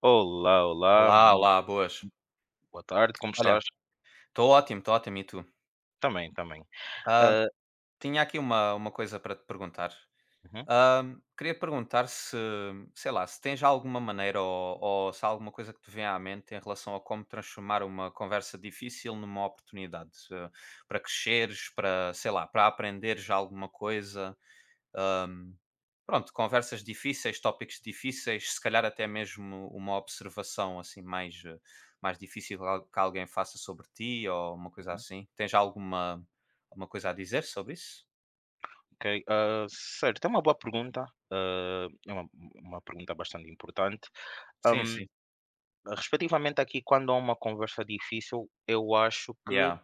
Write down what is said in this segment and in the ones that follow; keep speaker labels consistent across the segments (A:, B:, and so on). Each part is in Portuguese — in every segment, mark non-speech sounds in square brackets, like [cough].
A: Olá, olá,
B: Olá,
A: muito
B: olá, boas.
A: boa tarde, como
B: Olha,
A: estás?
B: estou ótimo, e tu?
A: Também, também.
B: Ah,
A: Ah,
B: tinha aqui uma coisa para te perguntar.
A: uhum,
B: Queria perguntar se, sei lá, se tens alguma maneira ou se há alguma coisa que te vem à mente em relação a como transformar uma conversa difícil numa oportunidade, se- para cresceres, para, sei lá, para aprenderes alguma coisa. ahm, pronto, conversas difíceis, tópicos difíceis, se calhar até mesmo uma observação assim mais, mais difícil al- que alguém faça sobre ti ou uma coisa
A: uhum,
B: assim. Tens alguma, alguma coisa a dizer sobre isso?
A: ok. Certo, é uma boa pergunta, é uma pergunta bastante importante.
B: Sim,
A: Ahm,
B: sim.
A: Respectivamente aqui, quando há uma conversa difícil, eu acho que
B: Yeah,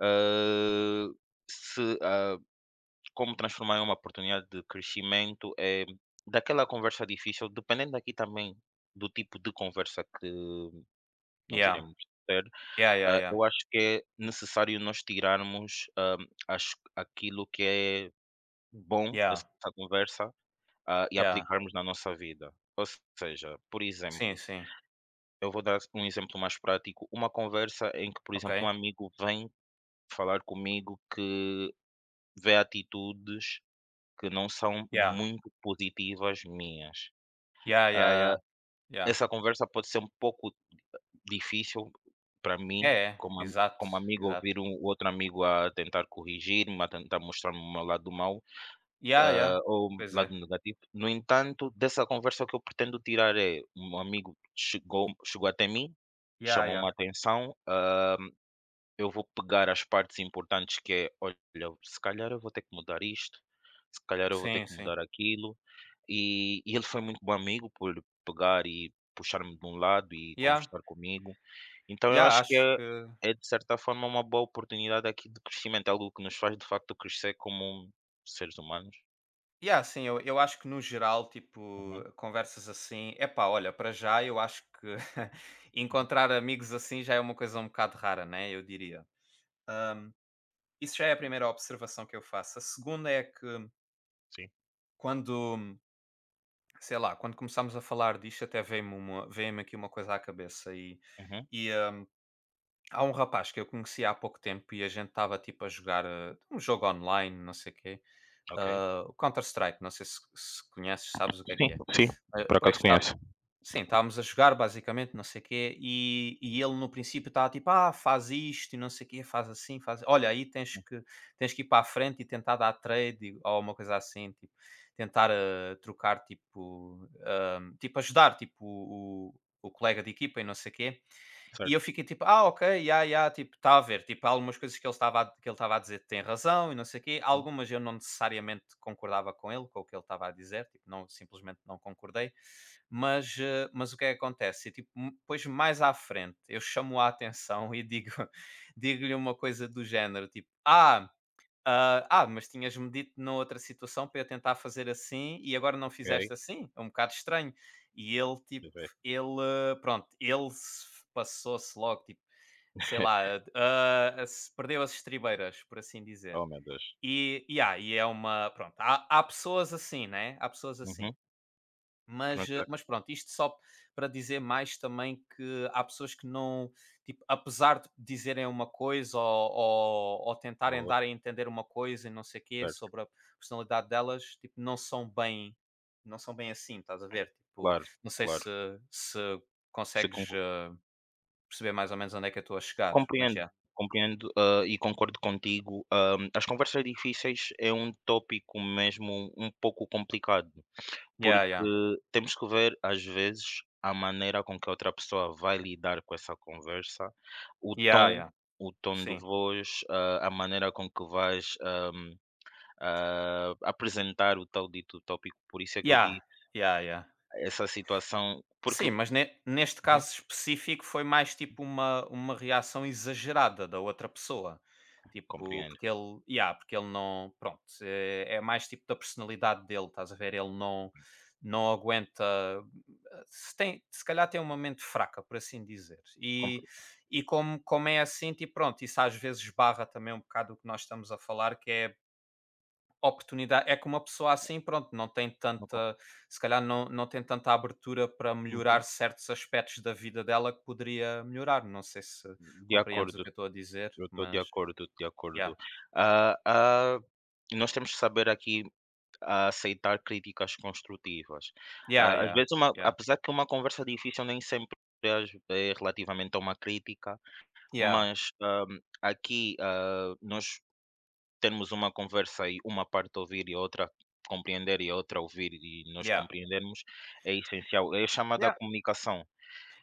A: ah, se, ah, como transformar em uma oportunidade de crescimento é daquela conversa difícil, dependendo aqui também do tipo de conversa que nós
B: yeah.
A: iremos ter.
B: Yeah, yeah, yeah.
A: Eu acho que é necessário nós tirarmos, as aquilo que é bom
B: Yeah,
A: dessa conversa, e
B: yeah.
A: aplicarmos na nossa vida. Ou seja, por
B: Sim,
A: exemplo,
B: sim.
A: eu vou dar um exemplo mais prático, uma conversa em que, por exemplo, um
B: Ok.
A: amigo vem falar comigo que vê atitudes que não são
B: Yeah.
A: muito positivas minhas.
B: Yeah, yeah,
A: Ah,
B: yeah, yeah.
A: Essa conversa pode ser um pouco difícil para
B: É,
A: mim,
B: é.
A: como am
B: Exato,
A: como amigo,
B: exato.
A: ouvir um outro amigo a tentar corrigir-me, a tentar mostrar-me o meu lado mau,
B: Yeah, yeah.
A: ou o
B: Pois
A: lado
B: é.
A: negativo. No entanto, dessa conversa o que eu pretendo tirar é: um amigo chegou até mim,
B: Yeah,
A: chamou-me
B: yeah.
A: a atenção, eu vou pegar as partes importantes que é: "Olha, se calhar eu vou ter que mudar isto, se calhar eu vou ter
B: Sim,
A: que
B: sim.
A: mudar aquilo", e ele foi muito bom amigo por pegar e puxar-me de um lado e
B: Yeah,
A: conversar comigo. Então eu
B: yeah,
A: acho que
B: acho que
A: é de certa forma uma boa oportunidade aqui de crescimento, é algo que nos faz de facto crescer como seres humanos.
B: yeah, sim, eu acho que no geral, tipo,
A: Uhum,
B: conversas assim epá, olha, para já eu acho que [laughs]
A: uhum,
B: encontrar amigos assim já é uma coisa um bocado rara, né, eu diria. Isso já é a primeira observação que eu faço. A segunda é que
A: sim,
B: quando sei lá, quando começámos a falar disto, até veio-me uma, veio-me aqui uma coisa à cabeça. E,
A: uhum,
B: e hum, há um rapaz que eu conheci há pouco tempo e a gente estava tipo a jogar um jogo online, não sei o quê,
A: ok.
B: ah, o Counter-Strike. Não sei se, se conheces, sabes o que é
A: Sim,
B: que é.
A: sim,
B: Eh,
A: por acaso
B: pois,
A: conheço.
B: sim, estávamos a jogar basicamente, não sei o quê, e ele no princípio estava tipo, ah, faz isto e não sei o quê, faz assim, faz. Olha, aí
A: Hum,
B: tens que ir para a frente e tentar dar trade ou alguma coisa assim, tipo, tentar trocar, tipo, ah, tipo, ajudar, tipo, o, o colega de equipa e não sei o quê. E
A: certo,
B: eu fiquei tipo, ah, ok, yeah, yeah, tipo, está a ver. Tipo, há algumas coisas que ele estava a dizer tem razão e não sei o quê.
A: hum,
B: Algumas eu não necessariamente concordava com ele, com o que ele estava a dizer, tipo, não, simplesmente não concordei. Mas, mas o que é que acontece? E, tipo, m- depois mais à frente, eu chamo a atenção e digo, [laughs] digo-lhe uma coisa do género, tipo, "Ah, mas tinhas-me dito na outra situação para eu tentar fazer assim e agora não
A: ok,
B: fizeste assim? É um bocado estranho". E ele, tipo,
A: deixa eu ver.
B: ele pronto, ele se passou-se logo, tipo, sei lá,
A: [laughs]
B: se perdeu as estribeiras, por assim dizer.
A: Oh meu Deus.
B: E há e é uma pronto, há pessoas assim, né, há pessoas assim.
A: Uhum,
B: Mas,
A: pronto, já
B: mas pronto, isto só para dizer mais também que há pessoas que não, tipo, apesar de dizerem uma coisa ou tentarem dar a
A: outra,
B: entender uma coisa e não sei o quê
A: certo.
B: sobre a personalidade delas, tipo, não são bem, não são bem assim, estás a ver? Tipo,
A: Claro,
B: não sei
A: claro.
B: se, se
A: Você
B: consegues
A: conco
B: perceber mais ou menos onde é que eu estou a chegar, mas já.
A: Compreendo,
B: Yeah.
A: compreendo, e concordo contigo. As conversas difíceis é um tópico mesmo um pouco complicado.
B: Yeah,
A: Porque
B: yeah.
A: temos que ver, às vezes, a maneira com que a outra pessoa vai lidar com essa conversa, o tom
B: Yeah, yeah.
A: o tom de
B: Sim.
A: voz, a maneira com que vais, apresentar o tal dito tópico. Por isso é que eu
B: Yeah,
A: digo,
B: yeah, yeah.
A: essa situação porque
B: Sim, mas ne- neste
A: uhum,
B: caso específico foi mais tipo uma reação exagerada da outra pessoa. Tipo,
A: compreendo,
B: porque ele, yeah, porque ele não, pronto, é, é mais tipo da personalidade dele, estás a ver? Ele não, não aguenta, se, tem, se calhar tem uma mente fraca, por assim dizer.
A: compre
B: E como, como é assim, tipo, pronto, isso às vezes barra também um bocado o que nós estamos a falar, que é oportunidade é que uma pessoa assim, pronto, não tem
A: no com
B: tanta se calhar não tem tanta abertura para
A: uhum,
B: melhorar certos aspectos da vida dela que poderia melhorar. Não sei se
A: de
B: compreendes o
A: acordo,
B: que eu estou a dizer,
A: eu estou de
B: mas
A: acordo, de
B: yeah,
A: acordo. Ah ah, Nós temos que saber aqui a aceitar críticas construtivas.
B: yeah,
A: Às
B: yeah,
A: vezes, uma
B: yeah,
A: apesar que uma conversa difícil nem sempre é, às é relativamente a uma crítica,
B: yeah,
A: mas, aqui, nós temos uma conversa e uma parte ouvir e a outra compreender e a outra ouvir e nós
B: yeah,
A: compreendermos é essencial. É chamada
B: yeah.
A: comunicação.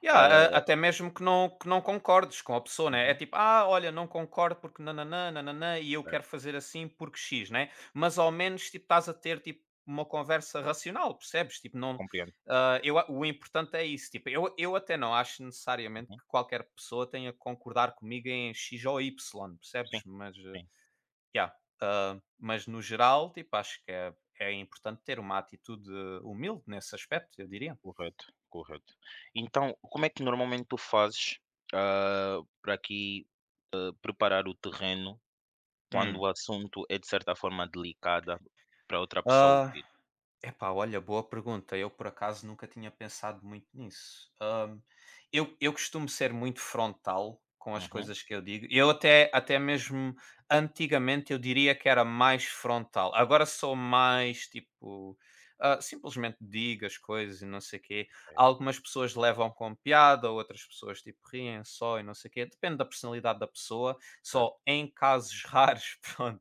B: Yeah,
A: Hã
B: a- até mesmo que não concordes com a pessoa, né? É
A: uhum,
B: tipo, ah, olha, não concordo porque nananã, nananã, e eu quero
A: certo,
B: fazer assim porque X, né? Mas ao menos, tipo, estás a ter, tipo, uma conversa racional, percebes? Tipo, não...
A: compreendo.
B: ah, eu, a- o importante é isso, tipo, eu até não acho necessariamente
A: Uhum,
B: que qualquer pessoa tenha que concordar comigo em X ou Y,
A: sim,
B: percebes? Mas,
A: sim,
B: yeah, ah, mas no geral, tipo, acho que é, é importante ter uma atitude humilde nesse aspecto, eu diria.
A: correto, correto. Então, como é que normalmente tu fazes, para aqui, preparar o terreno quando
B: Hum.
A: o assunto é de certa forma delicada para outra pessoa
B: Ah,
A: ouvir.
B: epá, olha, boa pergunta. Eu, por acaso, nunca tinha pensado muito nisso. Eu costumo ser muito frontal com as
A: Uhum.
B: coisas que eu digo. Eu até, até mesmo antigamente eu diria que era mais frontal. Agora sou mais tipo. Simplesmente digo as coisas e não sei o quê.
A: É,
B: Algumas pessoas levam com piada, outras pessoas tipo riem só e não sei o quê. Depende da personalidade da pessoa.
A: certo.
B: Só em casos raros, [laughs] pronto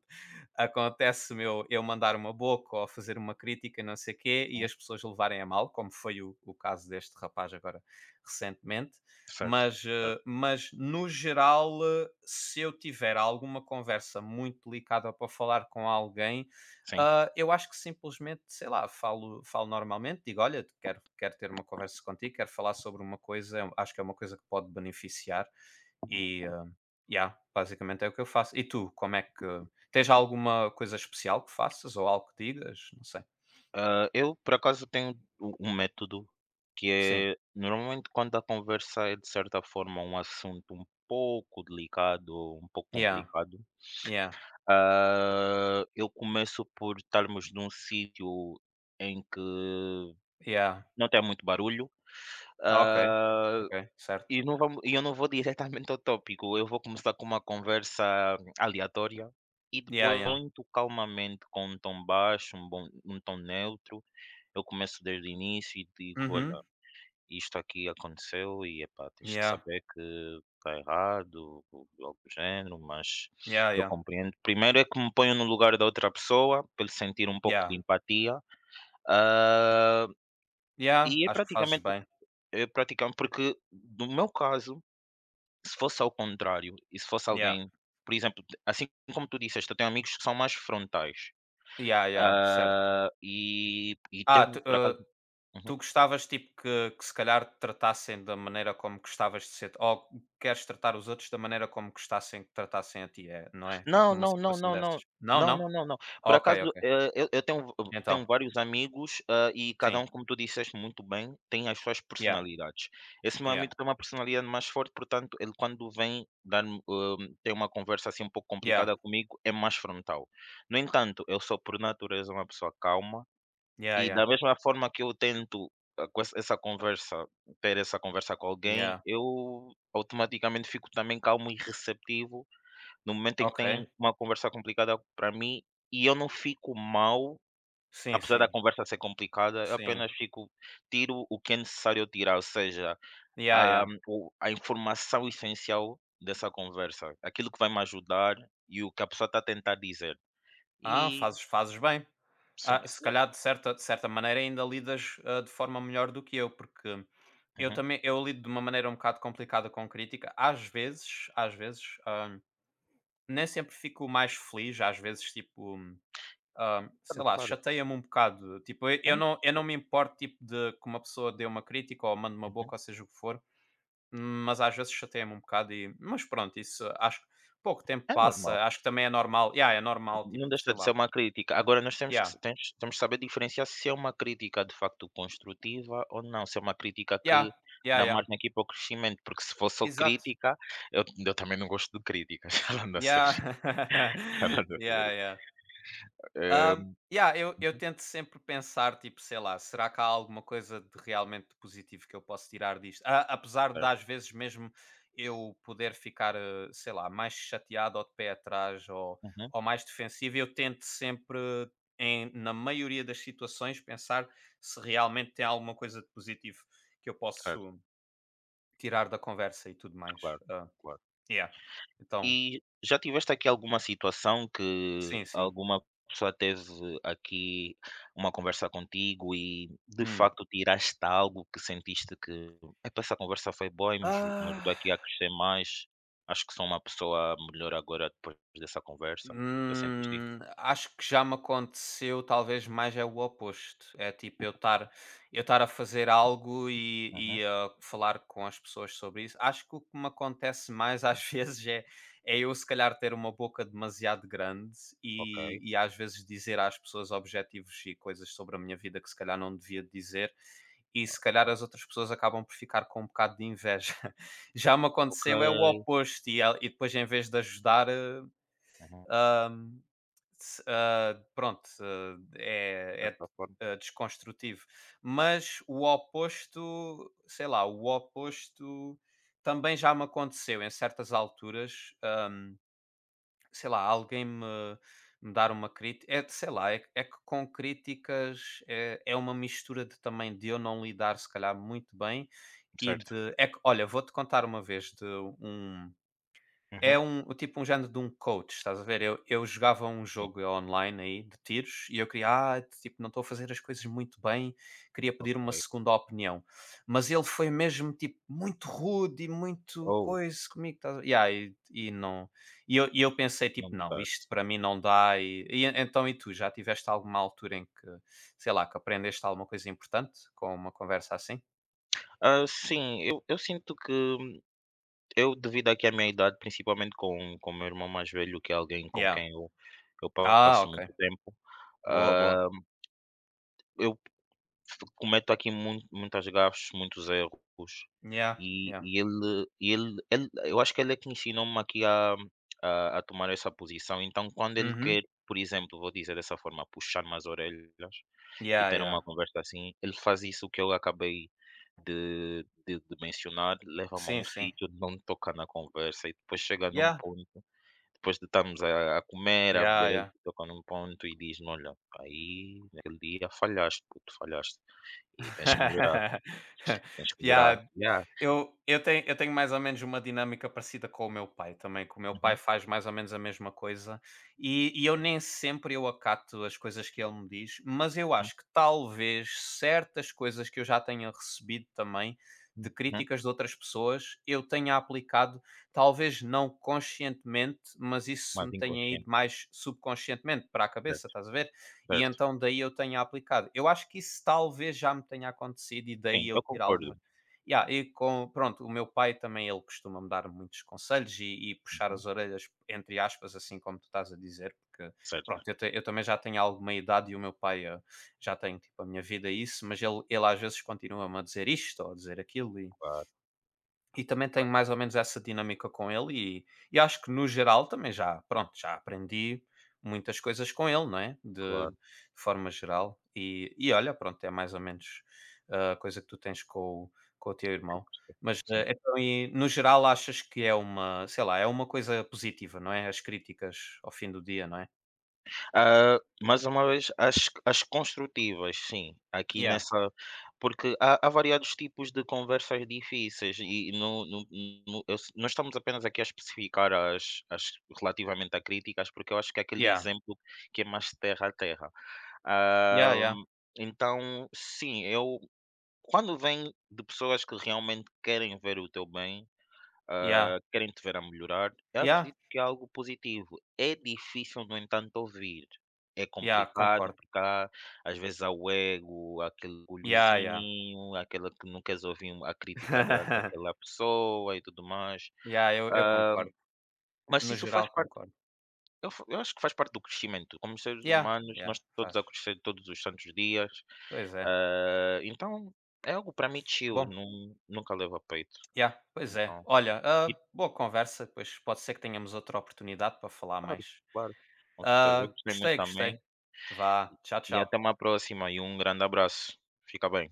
B: acontece meu eu, mandar uma boca ou fazer uma crítica, não sei o quê, e
A: Hum,
B: as pessoas levarem a mal, como foi o caso deste rapaz agora recentemente.
A: certo,
B: Mas,
A: certo.
B: mas no geral, se eu tiver alguma conversa muito delicada para falar com alguém,
A: Sim.
B: ah, eu acho que simplesmente, sei lá, falo, falo normalmente, digo, olha, quero, quero ter uma conversa contigo, quero falar sobre uma coisa, eu acho que é uma coisa que pode beneficiar e, ah, yeah, basicamente é o que eu faço. E tu, como é que, tens já alguma coisa especial que faças ou algo que digas? Não sei.
A: Eu por acaso tenho um método que
B: Sim.
A: é, normalmente quando a conversa é de certa forma um assunto um pouco delicado um pouco
B: Yeah,
A: complicado,
B: yeah,
A: eu começo por estarmos num sítio em que
B: yeah.
A: não tem muito barulho,
B: Ah, ok.
A: ah
B: Ok, certo.
A: e não vamos e eu não vou diretamente ao tópico, eu vou começar com uma conversa aleatória e
B: Yeah,
A: depois
B: yeah.
A: muito calmamente, com um tom baixo, um bom um tom neutro, eu começo desde o início e digo: "Olha,
B: Uhum.
A: isto aqui aconteceu e, epá, tens que
B: Yeah,
A: saber que está errado", ou algo do género, mas
B: yeah,
A: eu
B: yeah,
A: compreendo. Primeiro é que me ponho no lugar da outra pessoa, para ele sentir um pouco
B: yeah.
A: de empatia, ah,
B: Yeah,
A: e
B: acho que fazes bem.
A: é praticamente porque no meu caso, se fosse ao contrário, e se fosse
B: Yeah,
A: alguém, por exemplo, assim como tu disseste, eu tenho amigos que são mais frontais.
B: yeah, yeah, certo.
A: E
B: Ah,
A: tenho
B: tu,
A: por acaso
B: tu
A: uhum.
B: gostavas tipo que se calhar te tratassem da maneira como gostavas de ser ou queres tratar os outros da maneira como gostassem que tratassem a ti, é, não é? Tipo
A: Não,
B: numa
A: não, não,
B: situação
A: não,
B: dessas.
A: não.
B: Não,
A: Não,
B: não?
A: não, não, não. Por
B: Ok,
A: acaso,
B: ok.
A: eu eu tenho
B: Então,
A: vários amigos, e cada
B: sim.
A: um, como tu disseste muito bem, tem as suas
B: Yeah,
A: personalidades. Esse meu
B: yeah,
A: amigo tem uma personalidade mais forte, portanto, ele quando vem dar tem uma conversa, assim, um pouco
B: yeah.
A: complicada comigo, é mais frontal. No entanto, eu sou por natureza uma pessoa calma.
B: Ja,
A: E da
B: ja,
A: mesma forma que eu tento, com essa conversa ter essa conversa com alguém,
B: ja.
A: eu automaticamente fico também calmo e receptivo no momento em que
B: Ok.
A: tem uma conversa complicada para mim e eu não fico mal,
B: Sim,
A: apesar da
B: sim,
A: conversa ser complicada, eu
B: sim.
A: apenas fico tiro o que é necessário eu tirar, ou seja,
B: Ja,
A: a
B: ja.
A: o a informação essencial dessa conversa, aquilo que vai me ajudar e o que a pessoa está a tentar dizer.
B: Ah,
A: E
B: fazes fazes bem.
A: sim,
B: Ah, se
A: eu
B: calhar de certa maneira ainda lidas, de forma melhor do que eu, porque eu
A: uhum,
B: também eu lido de uma maneira um bocado complicada com crítica. Às vezes, nem sempre fico mais feliz, às vezes, tipo,
A: claro,
B: sei lá,
A: claro.
B: chateia-me um bocado. Tipo, eu não me importo, tipo, de que uma pessoa dê uma crítica ou mande uma
A: É,
B: boca ou seja o que for. Mas às vezes chateia-me um bocado e mas pronto, isso acho que pouco tempo
A: é normal,
B: passa, acho que também é normal. Yeah, é normal, tipo,
A: não deixa
B: sei
A: de ser
B: lá.
A: uma crítica. Agora nós temos que
B: Yeah,
A: s tens temos que saber diferenciar se é uma crítica de facto construtiva ou não, se é uma crítica
B: yeah,
A: que
B: yeah,
A: dá
B: yeah.
A: margem aqui para o crescimento, porque se for só
B: Exato.
A: crítica, eu também não gosto de críticas, [laughs] falando a sério,
B: Yeah. [laughs]
A: falando a
B: Yeah,
A: sério.
B: yeah.
A: Eh,
B: Hã, yeah, eu tento sempre pensar, tipo, sei lá, será que há alguma coisa de realmente positivo que eu posso tirar disto? A apesar de
A: Certo.
B: às vezes mesmo eu poder ficar, sei lá, mais chateado ou de pé atrás
A: Uhum.
B: ou mais defensivo, eu tento sempre em na maioria das situações pensar se realmente tem alguma coisa de positivo que eu
A: Certo,
B: posso tirar da conversa e tudo mais.
A: claro, claro.
B: Yeah. Então
A: E já tiveste aqui alguma situação que
B: sim, sim.
A: alguma pessoa teve aqui uma conversa contigo e de
B: Hum.
A: facto tiraste algo que sentiste que "Epá, essa conversa foi boa e me ajudou
B: Ah,
A: aqui a crescer mais. Acho que sou uma pessoa melhor agora depois dessa conversa. Já sentiste isso?"
B: hum, acho que já me aconteceu, talvez mais é o oposto. É tipo eu estar a fazer algo
A: Uhum.
B: e a falar com as pessoas sobre isso. Acho que o que me acontece mais às [laughs] vezes é, é eu se calhar ter uma boca demasiado grande
A: Ok.
B: e às vezes dizer às pessoas objetivos e coisas sobre a minha vida que se calhar não devia dizer e
A: Ah,
B: se calhar
A: ah,
B: as outras pessoas acabam por ficar com um bocado de inveja. [laughs] Já me
A: ok.
B: acontecel é o oposto, e, el- e depois, em vez de ajudar,
A: Uhum.
B: se- ah, pronto, ah, é,
A: Dessa forma.
B: é, ah, desconstrutivo. Mas o oposto, sei lá, o oposto também já me aconteceu em certas alturas, ah, sei lá, alguém me, me dar uma crítica, é, de- sei lá, é, é que com críticas é, é uma mistura de também de eu não lidar se calhar muito bem e
A: Certo.
B: de, é que, olha, vou-te contar uma vez de um
A: Uhum.
B: é um o tipo um género de um coach, estás a ver? Eu jogava um
A: Sim.
B: jogo online aí de tiros e eu queria: "Ah, tipo, não estou a fazer as coisas muito bem, queria pedir uma
A: Ok.
B: segunda opinião", mas ele foi mesmo, tipo, muito rude e muito
A: Oh,
B: coisa comigo, estás a yeah, e eu pensei,
A: não
B: tipo: "Não,
A: gostaste.
B: isto para mim não dá", e en- então e tu, já tiveste alguma altura em que, sei lá, que aprendeste alguma coisa importante com uma conversa assim?
A: Sim, eu sinto que eu devido aqui à minha idade, principalmente com o meu irmão mais velho, que é alguém com
B: Yeah.
A: quem eu
B: Ah,
A: passo
B: ok.
A: muito tempo,
B: Boa, boa.
A: hã, eu cometo aqui muito muitas gafes, muitos erros,
B: Yeah,
A: e
B: yeah.
A: ele eu acho que ele é que ensinou-me aqui a tomar essa posição. Então quando ele
B: Uhum.
A: quer, por exemplo, vou dizer dessa forma, puxar-me as orelhas e
B: Yeah,
A: ter uma
B: yeah.
A: conversa assim, ele faz isso que eu acabei de mencionar, leva-me a um
B: Sim, sim.
A: sítio, não toca na conversa e depois chega num
B: Yeah,
A: ponto, depois de estarmos a comer, a
B: yeah,
A: beber, ele
B: yeah.
A: toca num ponto e diz-me: "Olha, aí naquele dia falhaste puto, falhaste e tens que melhorar, tens
B: [laughs]
A: que melhorar".
B: Yeah,
A: Yeah.
B: eu tenho mais ou menos uma dinâmica parecida com o meu pai também, que o meu pai
A: Uhum,
B: faz mais ou menos a mesma coisa, e eu nem sempre eu acato as coisas que ele me diz, mas eu acho que talvez certas coisas que eu já tenha recebido também, de
A: uhum, uhum.
B: críticas de outras pessoas, eu tenha aplicado, talvez não conscientemente, mas isso me
A: Mais
B: tenha ido
A: inconsciente.
B: mais subconscientemente para a cabeça,
A: Certo,
B: estás a ver? E
A: certo.
B: então daí eu tenha aplicado. Eu acho que isso talvez já me tenha acontecido e daí
A: Sim, eu
B: eu tirar
A: concordo.
B: algumas yeah, e com, pronto, o meu pai também, ele costuma-me dar muitos conselhos e puxar
A: Uhum.
B: as orelhas, entre aspas, assim como tu estás a dizer, porque,
A: Certo,
B: pronto, eu, te- eu também já tenho alguma idade e o meu pai já tem, tipo, a minha vida e isso, mas ele às vezes continua-me a dizer isto ou a dizer aquilo
A: claro,
B: e também tenho
A: claro,
B: mais ou menos essa dinâmica com ele e e acho que no geral também já, pronto, já aprendi muitas coisas com ele, não é,
A: claro.
B: de forma geral. E olha, pronto, é mais ou menos a coisa que tu tens com o teu irmão. Mas, então e no geral achas que é uma, sei lá, é uma coisa positiva, não é, as críticas ao fim do dia, não é?
A: Mais uma vez, as construtivas, sim, aqui
B: Yeah,
A: nessa porque há variados tipos de conversas difíceis e não eu não estamos apenas aqui a especificar as relativamente a críticas, porque eu acho que é aquele
B: yeah,
A: exemplo que é mais terra a terra.
B: yeah,
A: Ah,
B: yeah,
A: então, sim, eu quando vem de pessoas que realmente querem ver o teu bem,
B: yeah,
A: querem te ver a melhorar. Eu
B: yeah,
A: acredito que é algo positivo. É difícil, no entanto, ouvir. É
B: yeah,
A: complicado
B: concordo.
A: porque há, às vezes há o ego, há aquele
B: Yeah, yeah.
A: orgulhozinho, há aquela que não queres ouvir a crítica da,
B: [laughs]
A: daquela pessoa e tudo mais.
B: Yeah, eu
A: Ah,
B: concordo.
A: mas
B: No
A: isso faz
B: geral
A: parte,
B: concordo.
A: eu acho que faz parte do crescimento. Como seres
B: Yeah,
A: humanos,
B: yeah,
A: nós todos a
B: faz.
A: crescer todos os santos dias.
B: Pois é.
A: Então, é algo para mim chill,
B: Bom,
A: nunca leva a peito.
B: yeah, pois é.
A: Então,
B: Olha,
A: e
B: ah, boa conversa, pois pode ser que tenhamos outra oportunidade para falar
A: claro,
B: mais.
A: claro. Com certeza. Eu
B: Ah,
A: gostei muito
B: gostei, gostei.
A: também.
B: Vá, tchau,
A: E até
B: tchau.
A: uma próxima e um grande abraço. Fica bem.